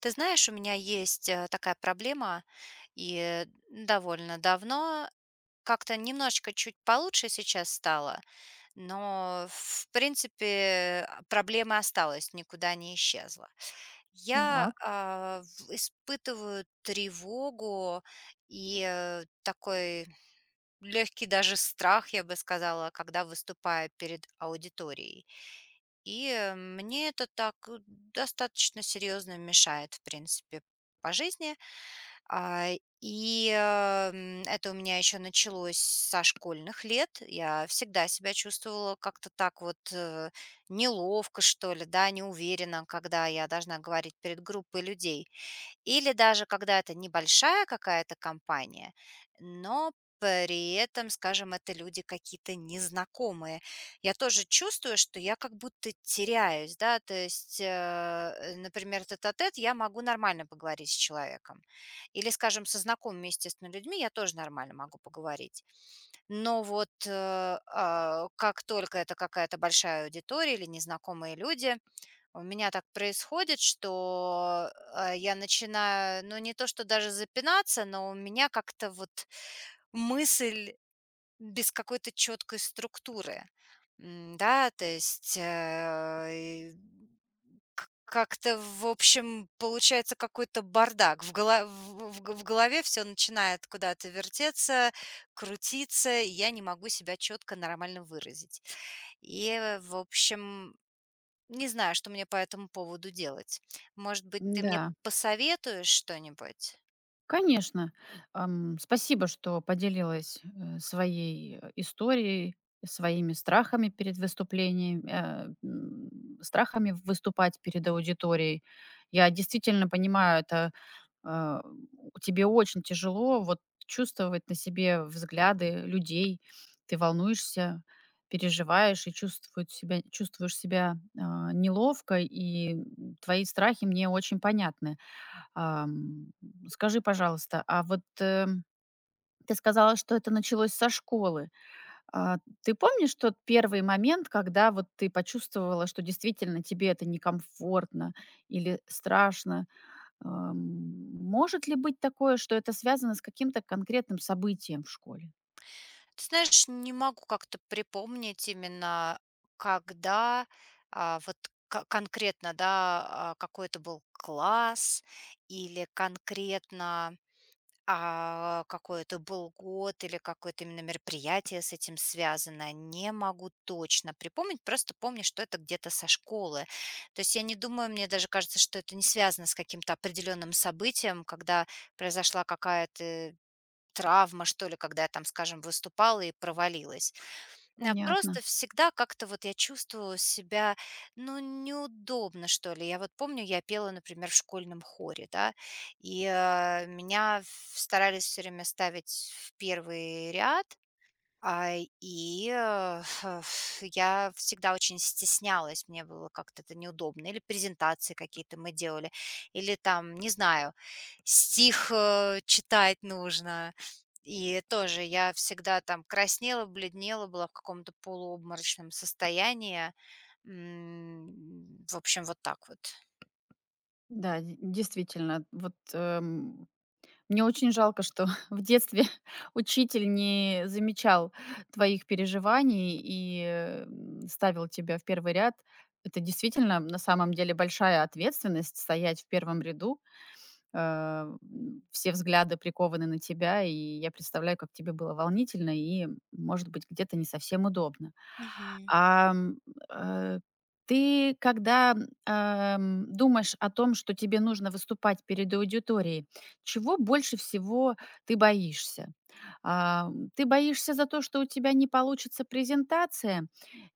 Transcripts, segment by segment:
Ты знаешь, у меня есть такая проблема, и довольно давно как-то немножечко чуть получше сейчас стало, но, в принципе, проблема осталась, никуда не исчезла. Я Так, испытываю тревогу и такой легкий даже страх, я бы сказала, когда выступаю перед аудиторией. И мне это так достаточно серьезно мешает, в принципе, по жизни. А, это у меня еще началось со школьных лет. Я всегда себя чувствовала как-то так вот, неловко, что ли, да, неуверенно, когда я должна говорить перед группой людей. Или даже когда это небольшая какая-то компания, но при этом, скажем, это люди какие-то незнакомые. Я тоже чувствую, что я как будто теряюсь, да, то есть, например, тет-а-тет я могу нормально поговорить с человеком. Или, скажем, со знакомыми, естественно, людьми я тоже нормально могу поговорить. Но вот как только это какая-то большая аудитория или незнакомые люди, у меня так происходит, что, я начинаю, ну, не то что даже запинаться, но у меня как-то вот мысль без какой-то четкой структуры. Да, то есть, э, и к как-то, в общем, получается какой-то бардак. В гола в г- в голове все начинает куда-то вертеться, крутиться, и я не могу себя четко, нормально выразить. И, в общем, не знаю, что мне по этому поводу делать. Может быть, ты мне да, посоветуешь что-нибудь? конечно. Спасибо, что поделилась, своей историей, своими страхами перед выступлением, страхами выступать перед аудиторией. Я действительно понимаю, это, а, тебе очень тяжело вот чувствовать на себе взгляды людей. Ты волнуешься, переживаешь и чувствует себя чувствуешь себя, неловко, и, твои страхи мне очень понятны. Ам, Скажи, пожалуйста, а вот, ты сказала, что это началось со школы. А, Ты помнишь тот первый момент, когда вот ты почувствовала, что действительно тебе это некомфортно или страшно? Ам, Может ли быть такое, что это связано с каким-то конкретным событием в школе? Ты знаешь, не могу как-то припомнить именно, когда, а, вот ко- конкретно, да, какой это был класс или конкретно а какой это был год или какое-то именно мероприятие с этим связано, не могу точно припомнить, просто помню, что это где-то со школы. То есть я не думаю, мне даже кажется, что это не связано с каким-то определенным событием, когда произошла какая-то травма, что ли, когда я там, скажем, выступала и провалилась. Понятно. Просто всегда как-то вот я чувствовала себя, ну, неудобно, что ли. Я вот помню, я пела, например, в школьном хоре, да, меня в старались все время ставить в первый ряд. А, и, э, я всегда очень стеснялась, мне было как-то это неудобно. Или презентации какие-то мы делали, или там, не знаю, стих, читать нужно. И тоже я всегда там краснела, бледнела, была в каком-то полуобморочном состоянии. В общем, вот так вот. Да, де действительно, вот, мне очень жалко, что в детстве учитель не замечал твоих переживаний и, ставил тебя в первый ряд. Это действительно, на самом деле, большая ответственность — стоять в первом ряду. Э, Все взгляды прикованы на тебя, и я представляю, как тебе было волнительно и, может быть, где-то не совсем удобно. Мгм. Ам, э, Ты, когда, думаешь о том, что тебе нужно выступать перед аудиторией, чего больше всего ты боишься? Ты боишься за то, что у тебя не получится презентация,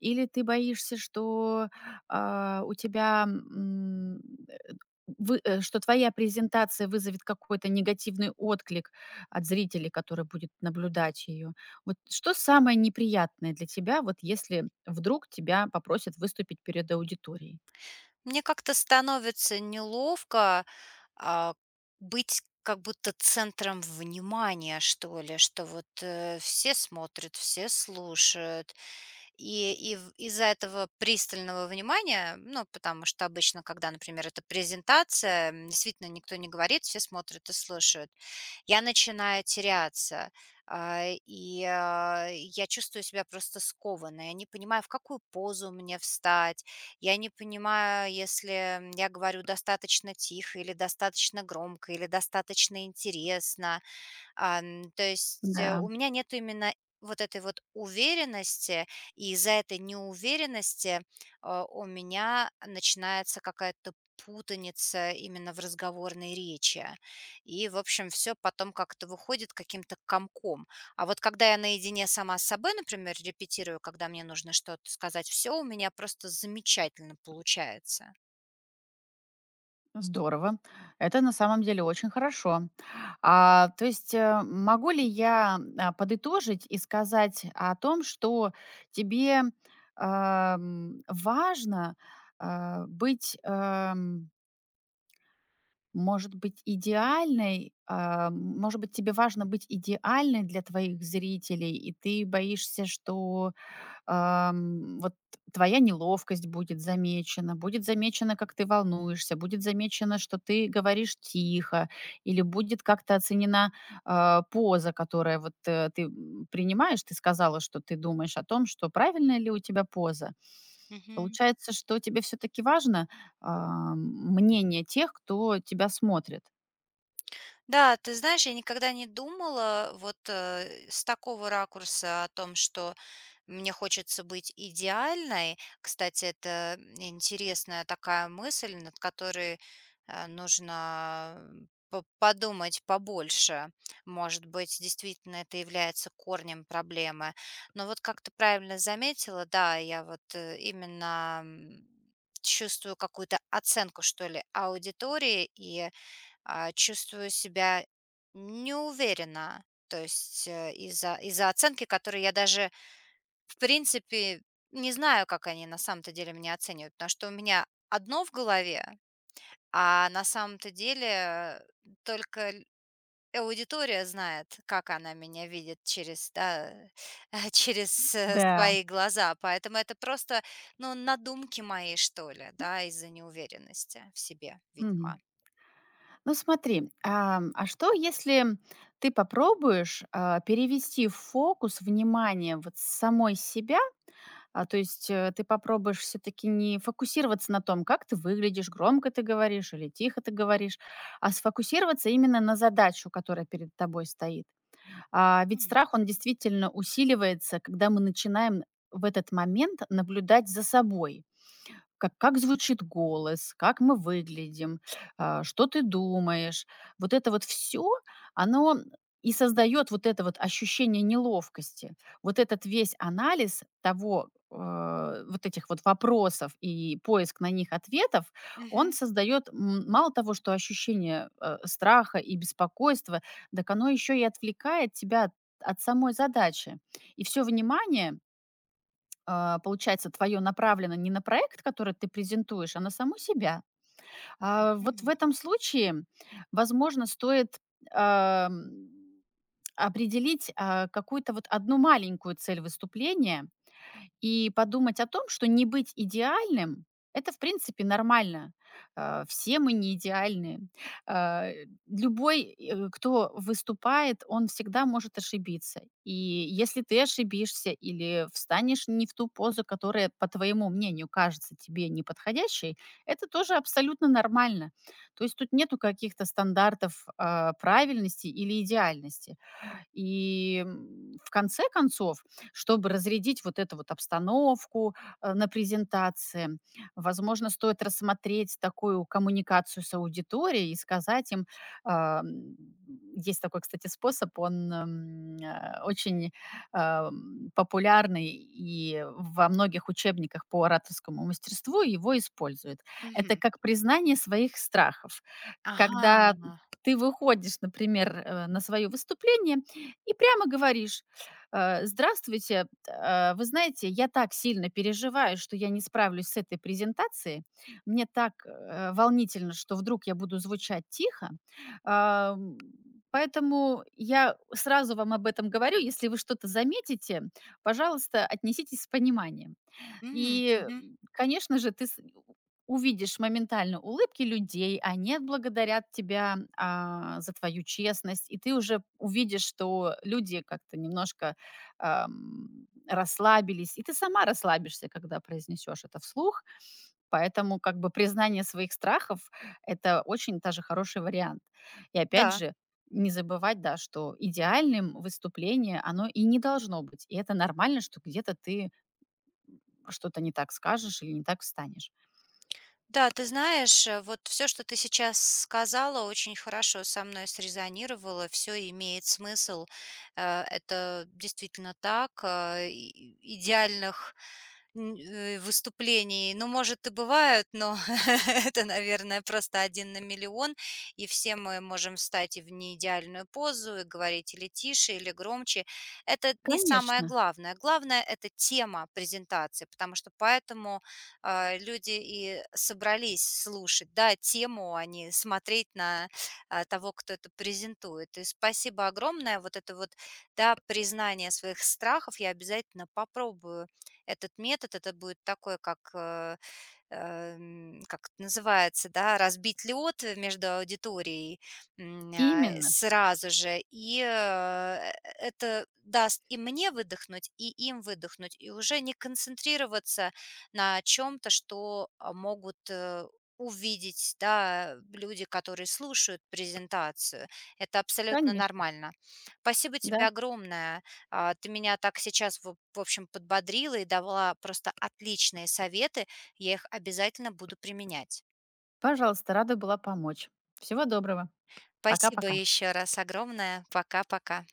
или ты боишься, что, у тебя, э, что твоя презентация вызовет какой-то негативный отклик от зрителей, который будет наблюдать ее? Вот что самое неприятное для тебя, вот если вдруг тебя попросят выступить перед аудиторией? Мне как-то становится неловко, А, быть как будто центром внимания, что ли, что вот все смотрят, все слушают, и в из-за этого пристального внимания, ну, потому что обычно, когда, например, это презентация, действительно никто не говорит, все смотрят и слушают, я начинаю теряться, я чувствую себя просто скованной. Я не понимаю, в какую позу мне встать. Я не понимаю, если, я говорю достаточно тихо или достаточно громко, или достаточно интересно. То есть, у Да, меня нет именно вот этой вот уверенности, и из-за этой неуверенности, у меня начинается какая-то путаница именно в разговорной речи. И, в общем, все потом как-то выходит каким-то комком. А вот когда я наедине сама с собой, например, репетирую, когда мне нужно что-то сказать, все у меня просто замечательно получается. здорово. Это на самом деле очень хорошо. То есть могу ли я подытожить и сказать о том, что тебе важно быть, может быть, идеальной, а, может быть, тебе важно быть идеальной для твоих зрителей, и ты боишься, что вот твоя неловкость будет замечена, будет замечено, как ты волнуешься, будет замечено, что ты говоришь тихо, или будет как-то оценена поза, которая ты принимаешь, ты сказала, что ты думаешь о том, что правильная ли у тебя поза. Получается, что тебе все-таки важно мнение тех, кто тебя смотрит. Да, ты знаешь, я никогда не думала с такого ракурса о том, что мне хочется быть идеальной. Кстати, это интересная такая мысль, над которой нужно подумать побольше. Может быть, действительно это является корнем проблемы. Но вот как ты правильно заметила, да, я именно чувствую какую-то оценку, что ли, аудитории и чувствую себя неуверенно. То есть из-за оценки, которую я даже, в принципе, не знаю, как они на самом-то деле меня оценивают, потому что у меня одно в голове, а на самом-то деле только л- аудитория знает, как она меня видит через, да, через Да. свои глаза. Поэтому это просто, ну, надумки мои, что ли, да, из-за неуверенности в себе, видимо. Мгм. Ну смотри, а что, если ты попробуешь, перевести фокус внимания вот с самой себя? То есть, ты попробуешь все таки не фокусироваться на том, как ты выглядишь, громко ты говоришь или тихо ты говоришь, а сфокусироваться именно на задачу, которая перед тобой стоит. А ведь Мгм. страх, он действительно усиливается, когда мы начинаем в этот момент наблюдать за собой. Как звучит голос, как мы выглядим, что ты думаешь. Вот это вот все, оно и создает вот это вот ощущение неловкости. Вот этот весь анализ того, вот этих вот вопросов и поиск на них ответов, он Мгм. создает, мало того, что ощущение, страха и беспокойства, дак оно еще и отвлекает тебя от самой задачи. И все внимание, получается, твое направлено не на проект, который ты презентуешь, а на саму себя. Вот в Мгм. этом случае, возможно, стоит ам, определить какую-то вот одну маленькую цель выступления, и подумать о том, что не быть идеальным — это, в принципе, нормально. Все мы не идеальны. Любой, кто выступает, он всегда может ошибиться. И если ты ошибишься или встанешь не в ту позу, которая, по твоему мнению, кажется тебе неподходящей, это тоже абсолютно нормально. То есть тут нету каких-то стандартов, правильности или идеальности. И, в конце концов, чтобы разрядить вот эту вот обстановку на презентации, возможно, стоит рассмотреть такую коммуникацию с аудиторией и сказать им, ам, есть такой, кстати, способ, он, очень, популярный, и во многих учебниках по ораторскому мастерству его используют. Это Мгм. как признание своих страхов. Когда Ага. ты выходишь, например, на свое выступление и прямо говоришь: Здравствуйте, вы знаете, я так сильно переживаю, что я не справлюсь с этой презентацией. Мне так, волнительно, что вдруг я буду звучать тихо. Ам, Поэтому я сразу вам об этом говорю. Если вы что-то заметите, пожалуйста, отнеситесь с пониманием". М, И, мгм. Конечно же, ты увидишь моментально улыбки людей, они отблагодарят тебя, за твою честность, и ты уже увидишь, что люди как-то немножко, расслабились, и ты сама расслабишься, когда произнесешь это вслух. Поэтому как бы признание своих страхов — это очень даже хороший вариант. И опять Да, же, не забывать, да, что идеальным выступление, оно и не должно быть. И это нормально, что где-то ты, м, что-то не так скажешь или не так встанешь. да, ты знаешь, вот все, что ты сейчас сказала, очень хорошо со мной срезонировало, все имеет смысл. Это действительно так. И идеальных выступлений, ну, может, и бывают, но это, наверное, просто один на миллион, и все мы можем встать и в неидеальную позу, и говорить или тише, или громче. Это не самое Конечно, главное. Главное- это тема презентации, потому что поэтому люди и собрались слушать, да, тему, а не смотреть на того, кто это презентует. И спасибо огромное. Вот это вот, да, признание своих страхов. Я обязательно попробую этот метод. Это будет такой, как как это называется, да, разбить лед между аудиторией именно, сразу же. Это даст и мне выдохнуть, и им выдохнуть, и уже не концентрироваться на чем-то, что могут увидеть, да, люди, которые слушают презентацию. Это абсолютно конечно, нормально. Спасибо тебе да. огромное. Ты меня так сейчас, в общем, подбодрила и давала просто отличные советы, я их обязательно буду применять. Пожалуйста, рада была помочь. Всего доброго. Спасибо Пока-пока. еще раз огромное. Пока-пока.